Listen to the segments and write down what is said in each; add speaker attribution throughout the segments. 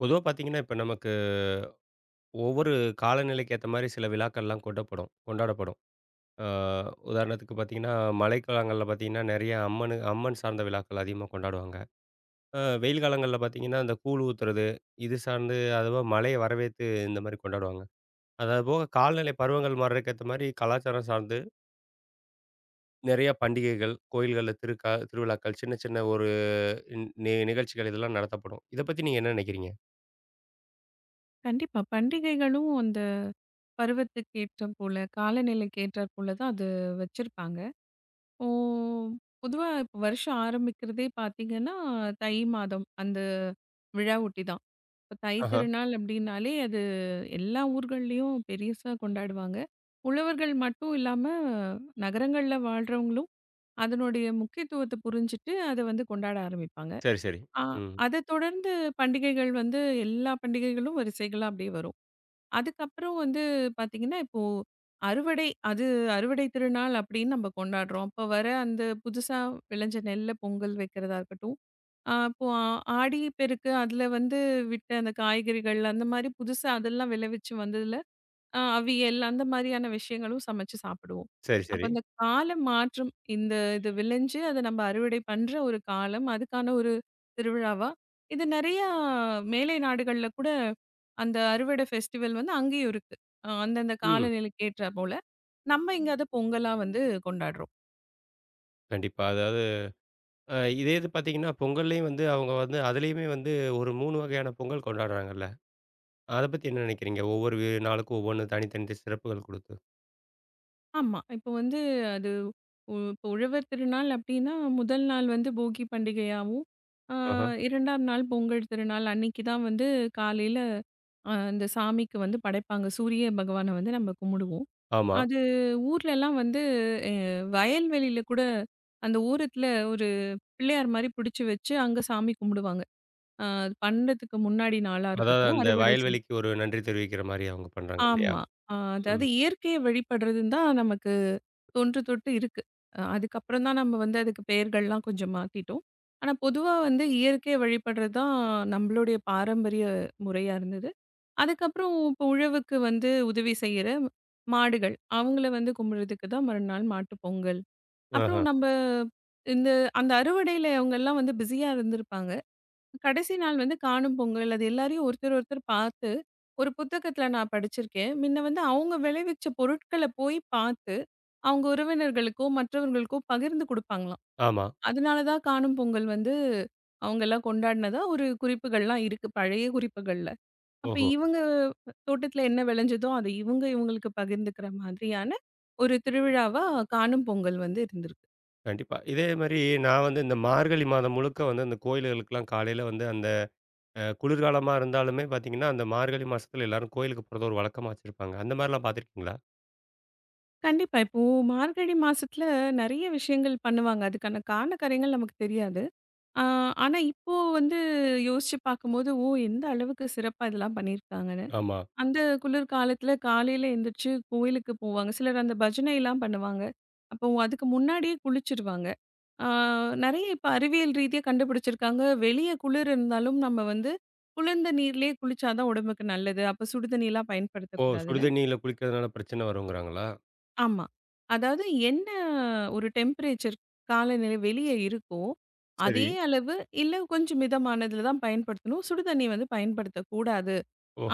Speaker 1: பொதுவா பார்த்தீங்கன்னா, இப்ப நமக்கு ஒவ்வொரு காலநிலைக்கு ஏத்த மாரி சில விழாக்கள்லாம் கொண்டாடப்படும். ஆ உதாரணத்துக்கு பார்த்தீங்கன்னா, மழைக்காலங்கள்ல பார்த்தீங்கன்னா, நெறைய அம்மன் சார்ந்த விழாக்கள் அதிகமா கொண்டாடுவாங்க. வெயில் காலங்கள்ல பார்த்தீங்கன்னா, அந்த கூழ் ஊத்துறது, இது சார்ந்து அதுவா மழைய வரவேத்து இந்த மாரி கொண்டாடுவாங்க. அதாவது போக காலநிலை பருவங்கள் மாறுறதுக்கு ஏத்த மாரி கலாச்சாரம் சார்ந்து நெறைய பண்டிகைகள், கோயில்கள்ல திருவிழாக்கள், சின்ன சின்ன ஒரு நிகழ்ச்சிகள் இதெல்லாம் நடத்தப்படும். இத பத்தி நீங்க என்ன நெனைக்கிறீங்க?
Speaker 2: கண்டிப்பா. பண்டிகைகளும் அந்த பருவத்துக்கு ஏற்றாற் போல, காலநிலைக்கு ஏற்றாற் போல தான் அது வச்சிருப்பாங்க. ஓ, பொதுவா இப்ப வருஷம் ஆரம்பிக்கிறதே பார்த்தீங்கன்னா, தை மாதம் அந்த விழா ஒட்டி தான். இப்ப தை
Speaker 1: ஆஹா.
Speaker 2: திருநாள் அப்டின்னாலே அது எல்லா ஊர்கள்லயும் பெருசா கொண்டாடுவாங்க. உழவர்கள் மட்டும் இல்லாம நகரங்கள்ல வாழ்றவங்களும் அதனுடைய முக்கியத்துவத்த புரிஞ்சுட்டு அத வந்து கொண்டாட ஆரம்பிப்பாங்க.
Speaker 1: சரி, சரி.
Speaker 2: ஆ
Speaker 1: ம்.
Speaker 2: அத தொடர்ந்து பண்டிகைகள் வந்து எல்லா பண்டிகைகளும் வரிசைகளா அப்டியே வரும். அதுக்கப்புறம் வந்து பார்த்தீங்கன்னா, இப்போ அறுவடை அது அறுவடை திருநாள் அப்படின்னு நம்ம கொண்டாடுறோம். அப்ப வர அந்த புதுசா விளைஞ்ச நெல்ல பொங்கல் வைக்கிறதா இருக்கட்டும். இப்போ ஆடி பெருக்கு, அதுல வந்து விட்ட அந்த காய்கறிகள் அந்த மாரி புதுசா அதெல்லாம் விளைவிச்சு வந்ததுல அவியல் அந்த மாரியான விஷயங்களும் சமைச்சு சாப்பிடுவோம்.
Speaker 1: சரி,
Speaker 2: அப்ப
Speaker 1: சரி.
Speaker 2: அந்த கால மாற்றம் இந்த இது விளைஞ்சு அத நம்ம அறுவடை பண்ற ஒரு காலம், அதுக்கான ஒரு திருவிழாவா, இது நெறையா மேலை நாடுகள்ல கூட அந்த அறுவடை ஃபெஸ்டிவல் வந்து அங்கேயும் இருக்கு. அந்தந்த
Speaker 1: ம்.
Speaker 2: காலநிலைக்கு ஏற்றாற்போல. நம்ம இங்க அத பொங்கலா வந்து கொண்டாடுறோம்.
Speaker 1: கண்டிப்பா. அதாவது இதே இது பார்த்தீங்கன்னா, பொங்கல்லயும் வந்து அவங்க வந்து அதிலேயுமே வந்து ஒரு 3 வகையான பொங்கல் கொண்டாடுறாங்கல்ல. அத பத்தி என்ன நினைக்கிறீங்க? ஒவ்வொரு நாளுக்கும் ஒவ்வொன்னு தனித்தனி சிறப்புகள் குடுத்து.
Speaker 2: ஆமா. இப்போ வந்து அது இப்போ உழவர் திருநாள் அப்டின்னா, முதல் நாள் வந்து போகி பண்டிகையாவும், ஆ
Speaker 1: ஆஹ.
Speaker 2: 2ஆம் நாள் பொங்கல் திருநாள் அன்னைக்கு தான் வந்து காலையில அந்த சாமிக்கு வந்து படைப்பாங்க. சூரிய பகவான வந்து நம்ம கும்பிடுவோம்.
Speaker 1: ஆமா.
Speaker 2: அது ஊர்லலாம் வந்து அ வயல்வெளியில கூட அந்த ஓரத்துல ஒரு பிள்ளையார் மாரி புடிச்சு வச்சு, அங்க சாமி கும்பிடுவாங்க. அது பண்ணுறதுக்கு முன்னாடி நாளா
Speaker 1: அதாவது
Speaker 2: இருக்கட்டும்,
Speaker 1: அந்த
Speaker 2: அறுவடை செய்
Speaker 1: வயல்வெளிக்கு ஒரு நன்றி தெரிவிக்கிற மாரி அவங்க பண்றாங்க இல்லையா?
Speaker 2: ஆமா. அதாவது
Speaker 1: ம்.
Speaker 2: இயற்கைய வழிபடுறதுன்னு தான் நமக்கு தொன்று தொட்டு இருக்கு. அதுக்கப்புறம் தான் நம்ம வந்து அதுக்கு பெயர்கள்லாம் கொஞ்சம் மாத்திட்டோம். ஆனா பொதுவா வந்து இயற்கைய வழிபடுறது தான் நம்மளுடைய பாரம்பரிய முறையா இருந்தது. அதுக்கப்புறம் இப்போ உழவுக்கு வந்து உதவி செய்யற மாடுகள், அவங்கள வந்து கும்பிடுறதுக்கு தான் மறுநாள் மாட்டுப் பொங்கல்.
Speaker 1: ஆஹ.
Speaker 2: அப்புறம் நம்ப இந்த அந்த அறுவடையில அவங்கலாம் வந்து பிஸியா இருந்திருப்பாங்க. கடைசி நாள் வந்து காணும் பொங்கல். அது எல்லாரையும் ஒருத்தர் ஒருத்தர் பார்த்து, ஒரு புத்தகத்தில நான் படிச்சிருக்கேன். முன்ன வந்து அவங்க விளைவிச்ச பொருட்கள போய் பார்த்து, அவங்க உறவினர்களுக்கோ, மற்றவர்களுக்கோ பகிர்ந்து குடுப்பாங்களாம்.
Speaker 1: ஆமா.
Speaker 2: அதனால தான் காணும் பொங்கல் வந்து அவங்கலாம் கொண்டாடினதா ஒரு குறிப்புகள்லாம் இருக்கு, பழைய குறிப்புகள்ல. அப்ப
Speaker 1: ஓஹோ!
Speaker 2: இவங்க தோட்டத்தில என்ன விளைஞ்சதோ, அத இவங்களுக்கு பகிர்ந்துக்கிற மாதிரியான ஒரு திருவிழாவா காணும் பொங்கல் வந்து இருந்திருக்கு.
Speaker 1: கண்டிப்பா. இதே மாரி நான் வந்து இந்த மார்கழி மாதம் முழுக்க வந்து அந்த கோயில்களுக்கெல்லாம் காலையில வந்து அந்த குளிர்காலமா இருந்தாலுமே பார்த்தீங்கன்னா, அந்த மார்கழி மாசத்துல எல்லாரும் கோயிலுக்கு போறத ஒரு வழக்கமா வச்சிருப்பாங்க. அந்த மாரிலாம் பார்த்துருக்கீங்களா?
Speaker 2: கண்டிப்பா. இப்போ மார்கழி மாசத்தில நெறைய விஷயங்கள் பண்ணுவாங்க. அதுக்கான காரண காரியங்கள் நமக்கு தெரியாது. ஆ, ஆனா இப்போ வந்து யோசிச்சு பார்க்கும்போது, ஓ! எந்த அளவுக்கு சிறப்பா இதெல்லாம் பண்ணியிருக்காங்கன்னு.
Speaker 1: ஆமா.
Speaker 2: அந்த குளிர் காலத்துல காலையில எந்திரிச்சு கோயிலுக்கு போவாங்க. சிலர் அந்த பஜனைலாம் பண்ணுவாங்க. அப்போ அதுக்கு முன்னாடியே குளிச்சுருவாங்க. ஆ நெறைய இப்ப அறிவியல் ரீதியா கண்டுபிடிச்சிருக்காங்க. வெளிய குளிர் இருந்தாலும் நம்ம வந்து குளிர்ந்த நீர்லயே குளிச்சா தான் உடம்புக்கு நல்லது. அப்ப சுடுதண்ணிலாம்
Speaker 1: ஓ!
Speaker 2: பயன்படுத்தக்கூடாதுன்னு.
Speaker 1: சுடுதண்ணீல குளிக்கிறதுனால பிரச்சனை வருங்கிறாங்களா?
Speaker 2: ஆமா. அதாவது என்ன ஒரு டெம்பரேச்சர் காலநிலை வெளிய இருக்கோ,
Speaker 1: சரி.
Speaker 2: அதே அளவு இல்ல கொஞ்சம் மிதமானதுல தான் பயன்படுத்தணும். சுடுதண்ணி வந்து பயன்படுத்தக்கூடாது.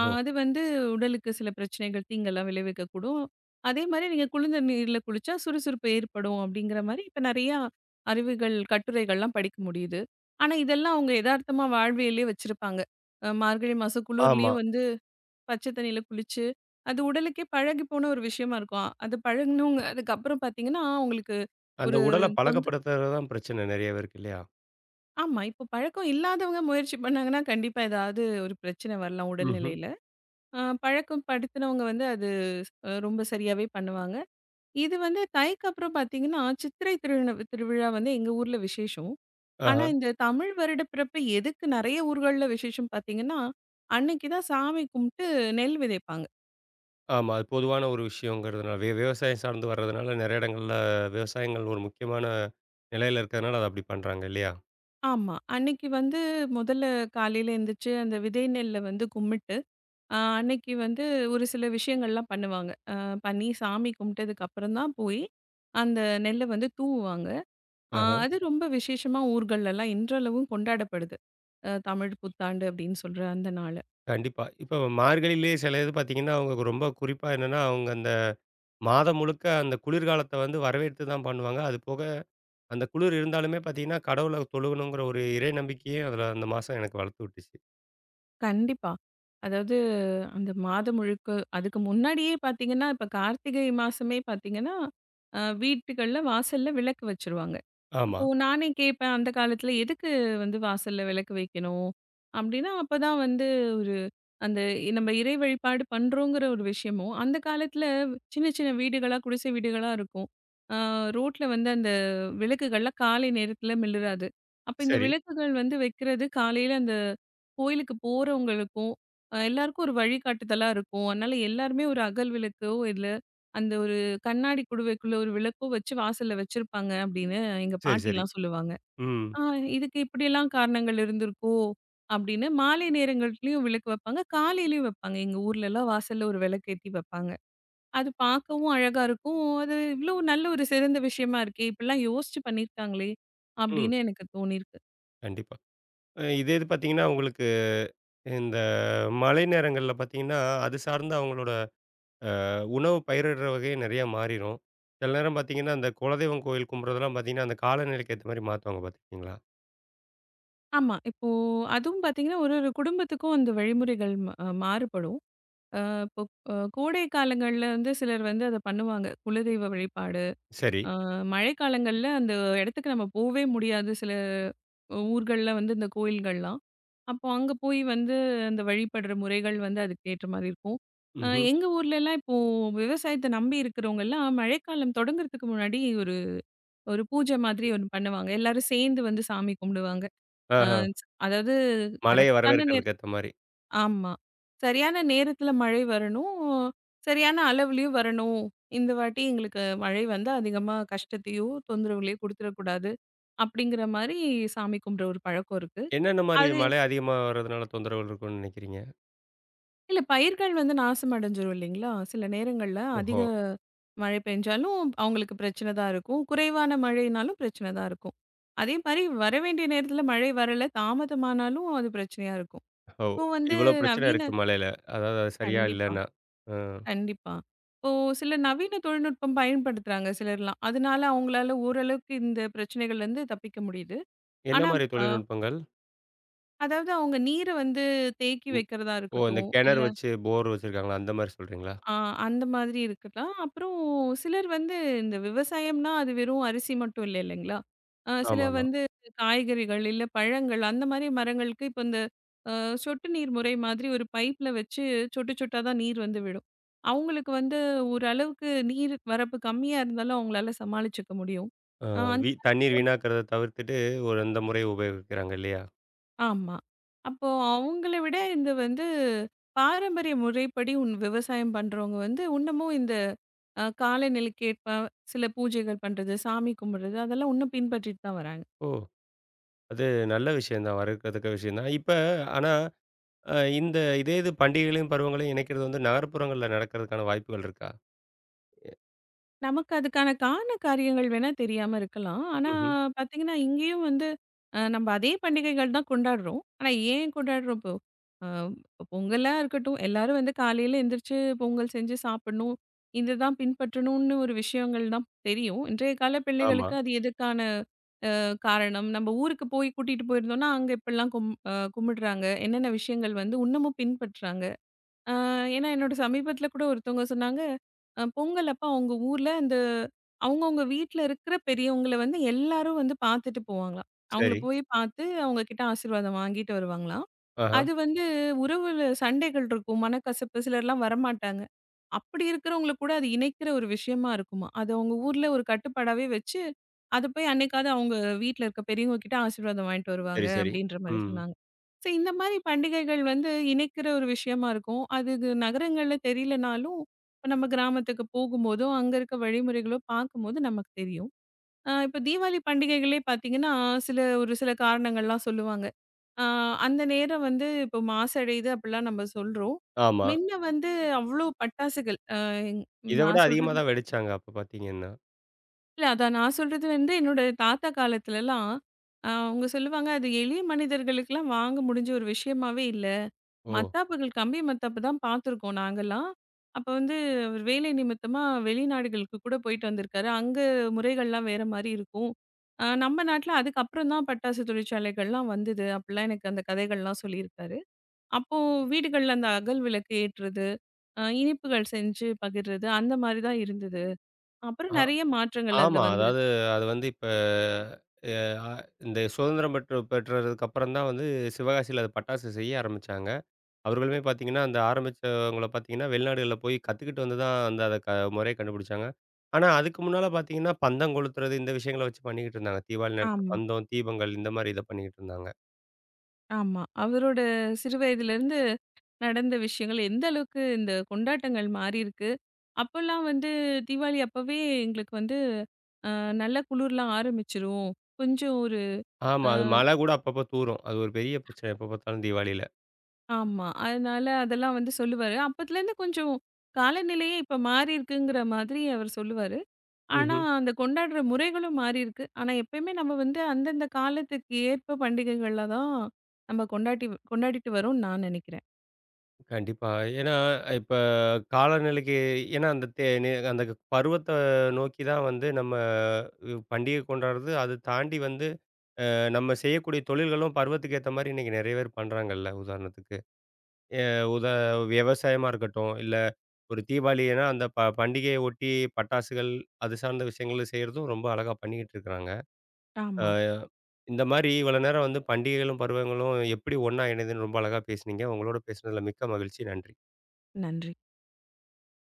Speaker 2: அது வந்து உடலுக்கு சில பிரச்சனைகள், தீங்கெல்லாம் விளைவிக்கக்கூடும். அதே மாரி நீங்க குளிர்ந்த நீர்ல குளிச்சா சுறுசுறுப்பு ஏற்படும் அப்படிங்கிற மாரி இப்ப நெறையா அறிவுகள், கட்டுரைகள்லாம் படிக்க முடியுது. ஆனா இதெல்லாம் அவங்க எதார்த்தமா வாழ்வியல்லயே வச்சிருப்பாங்க. மார்கழி மாசம்
Speaker 1: ஆமா.
Speaker 2: குளிர்லயும் வந்து பச்சை தண்ணியில குளிச்சு, அது உடலுக்கே பழகி போன ஒரு விஷயமா இருக்கும். அது பழகுனவங்க அதுக்கப்புறம் பார்த்தீங்கன்னா, உங்களுக்கு
Speaker 1: அந்த
Speaker 2: ஒரு
Speaker 1: உடல
Speaker 2: தொந்த
Speaker 1: பழக்கப்படுத்துறது தான் பிரச்சனை நெறைய பேருக்கு இல்லையா?
Speaker 2: ஆமா. இப்போ பழக்கம் இல்லாதவங்க முயற்சி பண்ணாங்கன்னா, கண்டிப்பா ஏதாவது ஒரு பிரச்சனை வரலாம்
Speaker 1: ம்ஹ்ம்.
Speaker 2: உடல்நிலையில. பழக்கம் படுத்தினவங்க வந்து அது ரொம்ப சரியாவே பண்ணுவாங்க. இது வந்து தைக்கு அப்புறம் பார்த்தீங்கன்னா, சித்திரை திருவிழா வந்து எங்க ஊர்ல விசேஷம். ஆனா
Speaker 1: ஆஹா.
Speaker 2: இந்த தமிழ் வருடப்பிறப்பு எதுக்கு நெறைய ஊர்கள்ல விசேஷம் பார்த்தீங்கன்னா, அன்னைக்கு தான் சாமி கும்பிட்டு நெல் விதைப்பாங்க.
Speaker 1: ஆமா. அது பொதுவான ஒரு விஷயங்கிறதுனால விவசாயம் சார்ந்து வர்றதுனால நெறைய இடங்கள்ல விவசாயங்கள் ஒரு முக்கியமான நிலையில இருக்கிறதுனால அத அப்படி பண்றாங்க இல்லையா?
Speaker 2: ஆமா. அன்னைக்கு வந்து முதல்ல காலையில எந்திரிச்சு அந்த விதை நெல்ல வந்து கும்பிட்டு, அன்னைக்கு வந்து ஒரு சில விஷயங்கள்லாம் பண்ணுவாங்க. பண்ணி சாமி கும்பிட்டதுக்கு அப்புறம் தான் போய், அந்த நெல்ல வந்து தூவுவாங்க. அ
Speaker 1: ஆஹா.
Speaker 2: அது ரொம்ப விசேஷமா ஊர்கள்லலாம் இன்றளவும் கொண்டாடப்படுது. தமிழ் புத்தாண்டு அப்படின்னு சொல்ற அந்த நாளு.
Speaker 1: கண்டிப்பா. இப்ப மார்கழியிலேயே சில இது பார்த்தீங்கன்னா, அவங்க ரொம்ப குறிப்பா என்னன்னா, அவங்க அந்த மாதம் முழுக்க அந்த குளிர்காலத்த வந்து வரவேற்று தான் பண்ணுவாங்க. அது போக அந்த குளிர் இருந்தாலுமே பார்த்தீங்கன்னா, கடவுள தொழுகணுங்கிற ஒரு இறை நம்பிக்கையே அதில அந்த மாசம் எனக்கு வளர்த்து விட்டுச்சு.
Speaker 2: கண்டிப்பா. அதாவது அந்த மாதம் முழுக்க அதுக்கு முன்னாடியே பார்த்தீங்கன்னா, இப்ப கார்த்திகை மாசமே பார்த்தீங்கன்னா, வீட்டுகள்ல வாசல்ல விளக்கு வச்சுருவாங்க.
Speaker 1: ஆமா.
Speaker 2: இப்போ நானே கேட்பேன் அந்த காலத்துல எதுக்கு வந்து வாசல்ல விளக்கு வைக்கணும்? அப்படின்னா, அப்பதான் வந்து அந்த நம்ம இறை வழிபாடு பண்றோங்கிற ஒரு விஷயமும், அந்த காலத்துல சின்ன சின்ன வீடுகளா, குடிசை வீடுகளா இருக்கும். ஆ ரோட்ல வந்து அந்த விளக்குகள்லாம் காலை நேரத்துல மிளிராது. அப்ப இந்த
Speaker 1: சரி,
Speaker 2: விளக்குகள் வந்து வைக்கிறது காலையில அந்த கோயிலுக்கு போறவங்களுக்கும், எல்லாருக்கும் ஒரு வழிகாட்டுதலா இருக்கும். அதனால எல்லாருமே ஒரு அகல் விளக்கோ, இல்ல அந்த ஒரு கண்ணாடி குடுவைக்குள்ள ஒரு விளக்கோ வச்சு வாசல்ல வச்சிருப்பாங்க அப்படின்னு எங்க
Speaker 1: சரி, சரி.
Speaker 2: பாட்டிலாம் சொல்லுவாங்க.
Speaker 1: ம்,
Speaker 2: ஆ இதுக்கு இப்படியெல்லாம் காரணங்கள் இருந்திருக்கோ! அப்படின்னு மாலை நேரங்கள்லயும் விளக்கு வைப்பாங்க. காலையிலயும் வைப்பாங்க. எங்க ஊர்லலாம் வாசல்ல ஒரு விளக்கேத்தி வைப்பாங்க. அது பார்க்கவும் அழகா இருக்கும். அது இவ்ளோ நல்ல ஒரு சிறந்த விஷயமா இருக்கே! இப்படிலாம் யோசிச்சு பண்ணியிருக்காங்களே!
Speaker 1: ம்.
Speaker 2: அப்படின்னு எனக்கு தோணியிருக்கு.
Speaker 1: கண்டிப்பா. இதே இது பார்த்தீங்கன்னா, உங்களுக்கு இந்த மழை நேரங்கள்ல பார்த்தீங்கன்னா, அது சார்ந்த அவங்களோட அ உணவு பயிரிடுற வகையே நெறையா மாறிரும். சில நேரம் பார்த்தீங்கன்னா, அந்த குலதெய்வம் கோயில் கும்புறதெல்லாம் பார்த்தீங்கன்னா, அந்த காலநிலைக்கு ஏத்த மாரி மாத்துவாங்க பார்த்துருக்கீங்களா?
Speaker 2: ஆமா. இப்போ அதுவும் பார்த்தீங்கன்னா, ஒரு ஒரு குடும்பத்துக்கும் அந்த வழிமுறைகள் ம மாறுபடும். அ இப்போ கோடை காலங்கள்ல வந்து சிலர் வந்து அத பண்ணுவாங்க. குலதெய்வ வழிபாடு.
Speaker 1: சரி.
Speaker 2: அ மழைக்காலங்கள்ல அந்த இடத்துக்கு நம்ம போவே முடியாது. சில ஊர்கள்ல வந்து இந்த கோயில்கள்லாம். அப்போ அங்க போய் வந்து அந்த வழிபடுற முறைகள் வந்து அதுக்கேற்ற மாரி இருக்கும்.
Speaker 1: ம்ஹ்ம்.
Speaker 2: எங்க ஊர்லலாம் இப்போ விவசாயத்த நம்பி இருக்கிறவங்கலாம் மழைக்காலம் தொடங்குறதுக்கு முன்னாடி ஒரு ஒரு பூஜை மாதிரி ஒண்ணு பண்ணுவாங்க. எல்லாரும் சேர்ந்து வந்து சாமி கும்பிடுவாங்க. அ
Speaker 1: ஆஹ.
Speaker 2: அதாவது
Speaker 1: மழைய
Speaker 2: கரெக்டான நேர
Speaker 1: வரவேற்கிறதுக்கு ஏத்த மாரி.
Speaker 2: ஆமா. சரியான நேரத்துல மழை வரணும். சரியான அளவுலயும் வரணும். இந்த வாட்டி எங்களுக்கு மழை வந்து அதிகமா கஷ்டத்தையோ, தொந்தரவுகளையோ குடுத்துறக்கூடாது. அப்படிங்கிற மாரி சாமி கும்பிடுற ஒரு பழக்கம் இருக்கு.
Speaker 1: என்னென்ன மாரி
Speaker 2: அது
Speaker 1: மழை அதிகமா வர்றதுனால தொந்தரவுகள் இருக்கும்னு நெனைக்கிறீங்க?
Speaker 2: இல்ல பயிர்கள் வந்து நாசம் அடைஞ்சிரும் இல்லைங்களா? சில நேரங்கள்ல அதிக
Speaker 1: ஓஹோ!
Speaker 2: மழை பெஞ்சாலும் அவங்களுக்கு பிரச்சனை தான் இருக்கும். குறைவான மழைனாலும் பிரச்சனை தான் இருக்கும். அதே மாரி வரவேண்டிய நேரத்துல மழை வரல, தாமதமானாலும் அது பிரச்சனையா இருக்கும்.
Speaker 1: ஓ!
Speaker 2: இப்போ வந்து
Speaker 1: இவ்வளோ பிரச்சனை
Speaker 2: நவீன
Speaker 1: இருக்கு மழையில. அதாவது அது சரியா
Speaker 2: கண்டிப்பா,
Speaker 1: இல்லன்னா. அ
Speaker 2: கண்டிப்பா. இப்போ சில நவீன தொழில்நுட்பம் பயன்படுத்துறாங்க சிலர்லாம். அதனால அவங்களால ஓரளவுக்கு இந்த பிரச்சனைகள்லருந்து தப்பிக்க முடியுது.
Speaker 1: என்ன
Speaker 2: ஆனா,
Speaker 1: மாரி
Speaker 2: அ
Speaker 1: தொழில்நுட்பங்கள்?
Speaker 2: அதாவது அவங்க நீர வந்து தேக்கி வைக்கிறதா
Speaker 1: ஓ! அந்த
Speaker 2: இருக்கட்டும், இல்ல
Speaker 1: கிணறு வச்சு போர் வச்சிருக்காங்களா? அந்த மாரி சொல்றீங்களா?
Speaker 2: ஆ அந்த மாதிரி இருக்கலாம். அப்புறம் சிலர் வந்து இந்த விவசாயம்னா, அது வெறும் அரிசி மட்டும் இல்ல இல்லைங்களா? சில
Speaker 1: ஆமாமா.
Speaker 2: வந்து காய்கறிகள், இல்ல பழங்கள் அந்த மாரி மரங்களுக்கு இப்ப இந்த அ சொட்டு நீர் முறை மாதிரி ஒரு பைப்ல வச்சு சொட்டு சொட்டா தான் நீர் வந்து விடும். அவங்களுக்கு வந்து ஓரளவுக்கு நீர் வரப்பு கம்மியா இருந்தாலும் அவங்களால சமாளிச்சுக்க முடியும்.
Speaker 1: அ
Speaker 2: அ அந்த
Speaker 1: வீ தண்ணீர்
Speaker 2: தோட்ட
Speaker 1: வீணாக்கிறத தவிர்த்துட்டு ஒரு அந்த முறைய உபயோகிக்கிறாங்க இல்லையா?
Speaker 2: ஆமா. அப்போ அவங்கள விட இந்த வந்து பாரம்பரிய முறைப்படி உன் விவசாயம் பண்றவங்க வந்து இன்னமும் இந்த காலநிலைக்கேற்ப சில பூஜைகள் பண்றது, சாமி கும்பிடுறது அதெல்லாம் இன்னும் பின்பற்றிட்டு தான் வராங்க.
Speaker 1: ஓ! அது நல்ல விஷயம் தான். வரவேற்கத்தக்க விஷயம் தான். இப்ப ஆனா இந்த இதே இது பண்டிகைகளையும், பருவங்களையும் இணைக்கிறது வந்து நகர்ப்புறங்கள்ல நடக்கிறதுக்கான வாய்ப்புகள் இருக்கா?
Speaker 2: நமக்கு அதுக்கான காரண காரியங்கள் வேணா தெரியாம இருக்கலாம். ஆனா
Speaker 1: ம்ஹ்ம்.
Speaker 2: பார்த்தீங்கன்னா, இங்கேயும் வந்து நம்ம அதே பண்டிகைகள் தான் கொண்டாடுறோம். ஆனா ஏன் கொண்டாடுறோம் இப்போ? அ பொங்கலா இருக்கட்டும், எல்லாரும் வந்து காலையில எந்திரிச்சு பொங்கல் செஞ்சு சாப்பிடணும். இதுதான் பின்பற்றணும்னு ஒரு விஷயங்கள் தான் தெரியும். இன்றைய கால
Speaker 1: ஆமா.
Speaker 2: பிள்ளைகளுக்கு அது எதுக்கான காரணம்? நம்ம ஊருக்கு போய் கூட்டிட்டு போயிருந்தோம்னா, அங்க இப்படிலாம் கும்பிடுறாங்க. என்னென்ன விஷயங்கள் வந்து இன்னமும் பின்பற்றுறாங்க? ஆ, ஏன்னா என்னோட சமீபத்துல கூட ஒருத்தவங்க சொன்னாங்க, பொங்கல் அப்ப அவங்க ஊர்ல அந்த அவங்கவங்க வீட்ல இருக்கிற பெரியவங்கள வந்து எல்லாரும் வந்து பார்த்துட்டு போவாங்களாம். அவங்கள
Speaker 1: சரி.
Speaker 2: போய் பார்த்து அவங்க கிட்ட ஆசீர்வாதம் வாங்கிட்டு வருவாங்களாம்.
Speaker 1: ஆஹா.
Speaker 2: அது வந்து உறவுல சண்டைகள் இருக்கும், மனக்கசப்பு சிலர்லாம் வரமாட்டாங்க. அப்படி இருக்கிறவங்கள கூட அது இணைக்கிற ஒரு விஷயமா இருக்குமா. அது அவங்க ஊர்ல ஒரு கட்டுப்பாடாவே வச்சு, அத போய் அன்னைக்காவது அவங்க வீட்ல இருக்க பெரியவங்க கிட்ட ஆசீர்வாதம் வாங்கிட்டு
Speaker 1: சரி,
Speaker 2: வருவாங்க
Speaker 1: சரி.
Speaker 2: அப்படின்ற மாரி
Speaker 1: ம்.
Speaker 2: சொன்னாங்க. சோ இந்த மாரி பண்டிகைகள் வந்து இணைக்கிற ஒரு விஷயமா இருக்கும். அது இது நகரங்கள்ல தெரியலனாலும், இப்ப நம்ம கிராமத்துக்கு போகும்போதோ, அங்க இருக்க வழிமுறைகளோ பார்க்கும்போது நமக்கு தெரியும். இப்ப தீபாவளி பண்டிகைகளே பார்த்தீங்கன்னா, சில ஒரு சில காரணங்கள்லாம் சொல்லுவாங்க. அ அந்த நேரம் வந்து இப்போ மாசடையுது அப்படிலாம் நம்ம சொல்றோம்.
Speaker 1: ஆமா.
Speaker 2: முன்ன வந்து அவ்ளோ பட்டாசுகள். அ
Speaker 1: இத விட
Speaker 2: நான்
Speaker 1: அதிகமா
Speaker 2: சொல்றது
Speaker 1: தான் வெடிச்சாங்க அப்ப பார்த்தீங்கன்னா.
Speaker 2: இல்ல. அதான் நான் சொல்றது வந்து என்னோட தாத்தா காலத்துலலாம், அவங்க சொல்லுவாங்க, "அது எளிய மனிதர்களுக்கெல்லாம் வாங்க முடிஞ்ச ஒரு விஷயமாவே இல்ல.
Speaker 1: ஓ!
Speaker 2: மத்தாப்புகள், கம்பி மத்தாப்பு தான் பார்த்துருக்கோம் நாங்கலாம்." அப்ப வந்து அவர் வேலை நிமித்தமா வெளிநாடுகளுக்கு கூட போயிட்டு வந்திருக்காரு. அங்க முறைகள்லாம் வேற மாரி இருக்கும். நம்ம நாட்ல அதுக்கப்புறம் தான் பட்டாசு தொழிற்சாலைகள்லாம் வந்தது. அப்படிலாம் எனக்கு அந்த கதைகள்லாம் சொல்லியிருக்காரு. அப்போ வீடுகள்ல அந்த அகல் விளக்கு ஏற்றுறது, இனிப்புகள் செஞ்சு பகிர்றது அந்த மாரி தான் இருந்தது. அப்புறம் நெறைய மாற்றங்கள் அதுல
Speaker 1: ஆமா. அதாவது
Speaker 2: வந்துருச்சு.
Speaker 1: அது வந்து இப்ப அ இந்த சுதந்திரம் பெற்றதுக்கு அப்புறம் தான் வந்து சிவகாசியில அது பட்டாசு செய்ய ஆரம்பிச்சாங்க. அவர்களுமே பார்த்தீங்கன்னா, அந்த ஆரம்பிச்சவங்கள பார்த்தீங்கன்னா, வெளிநாடுகள்ல போய் கத்துக்கிட்டு வந்து தான் அந்த அத க முறைய கண்டுபிடிச்சாங்க. ஆனா, அதுக்கு முன்னால பார்த்தீங்கன்னா, பந்தம் கொளுத்துறது இந்த விஷயங்கள வச்சு பண்ணிக்கிட்டு இருந்தாங்க. தீபாவளி நேரத்தில
Speaker 2: ஆமா,
Speaker 1: பந்தம், தீபங்கள் இந்த மாரி இத பண்ணிக்கிட்டு இருந்தாங்க.
Speaker 2: ஆமா. அவரோட சிறு வயதிலிருந்து நடந்த விஷயங்கள் எந்த அளவுக்கு இந்த கொண்டாட்டங்கள் மாறியிருக்கு. அப்பல்லாம் வந்து தீபாவளி அப்பவே எங்களுக்கு வந்து அ நல்ல குளிர்லாம் ஆரம்பிச்சுரும். கொஞ்சம் ஒரு
Speaker 1: ஆமா.
Speaker 2: அ
Speaker 1: அது மழை கூட அப்பப்போ தூறும். அது ஒரு பெரிய பிரச்சனை எப்ப பார்த்தாலும் தீபாவளியில.
Speaker 2: ஆமா. அதனால அதெல்லாம் வந்து சொல்லுவாரு. அப்பத்துலேருந்து கொஞ்சம் காலநிலையே இப்ப மாறியிருக்குங்கிற மாதிரி அவர் சொல்லுவாரு. ஆனா,
Speaker 1: ம்ஹ்ம்.
Speaker 2: அந்த கொண்டாடுற முறைகளும் மாறியிருக்கு. ஆனா, எப்பயுமே நம்ம வந்து அந்தந்த காலத்துக்கு ஏற்ப பண்டிகைகள்ல தான் நம்ம கொண்டாட்டி கொண்டாடிட்டு வரோம்னு நான் நினைக்கிறேன்.
Speaker 1: கண்டிப்பா. ஏன்னா, இப்ப காலநிலைக்கு ஏன்னா அந்த தே நே அந்த பருவத்த நோக்கி தான் வந்து நம்ம பண்டிகை கொண்டாடுறது. அது தாண்டி வந்து நம்ம செய்யக்கூடிய தொழில்களும் பருவத்துக்கு ஏத்த மாரி இன்னைக்கு நெறைய பேர் பண்றாங்கல்ல. உதாரணத்துக்கு, எ உத விவசாயமா இருக்கட்டும், இல்ல ஒரு தீபாவளினா அந்த பண்டிகையை ஒட்டி பட்டாசுகள், அது சார்ந்த விஷயங்கள செய்றதும் ரொம்ப அழகா பண்ணிக்கிட்டு இருக்கிறாங்க. அ
Speaker 2: ஆமா.
Speaker 1: இந்த மாரி இவ்வளோ நேரம் வந்து பண்டிகைகளும், பருவங்களும் எப்படி ஒண்ணா இணையுதுன்னு ரொம்ப அழகா பேசுனீங்க. உங்களோட பேசுனதுல மிக்க மகிழ்ச்சி. நன்றி.
Speaker 2: நன்றி.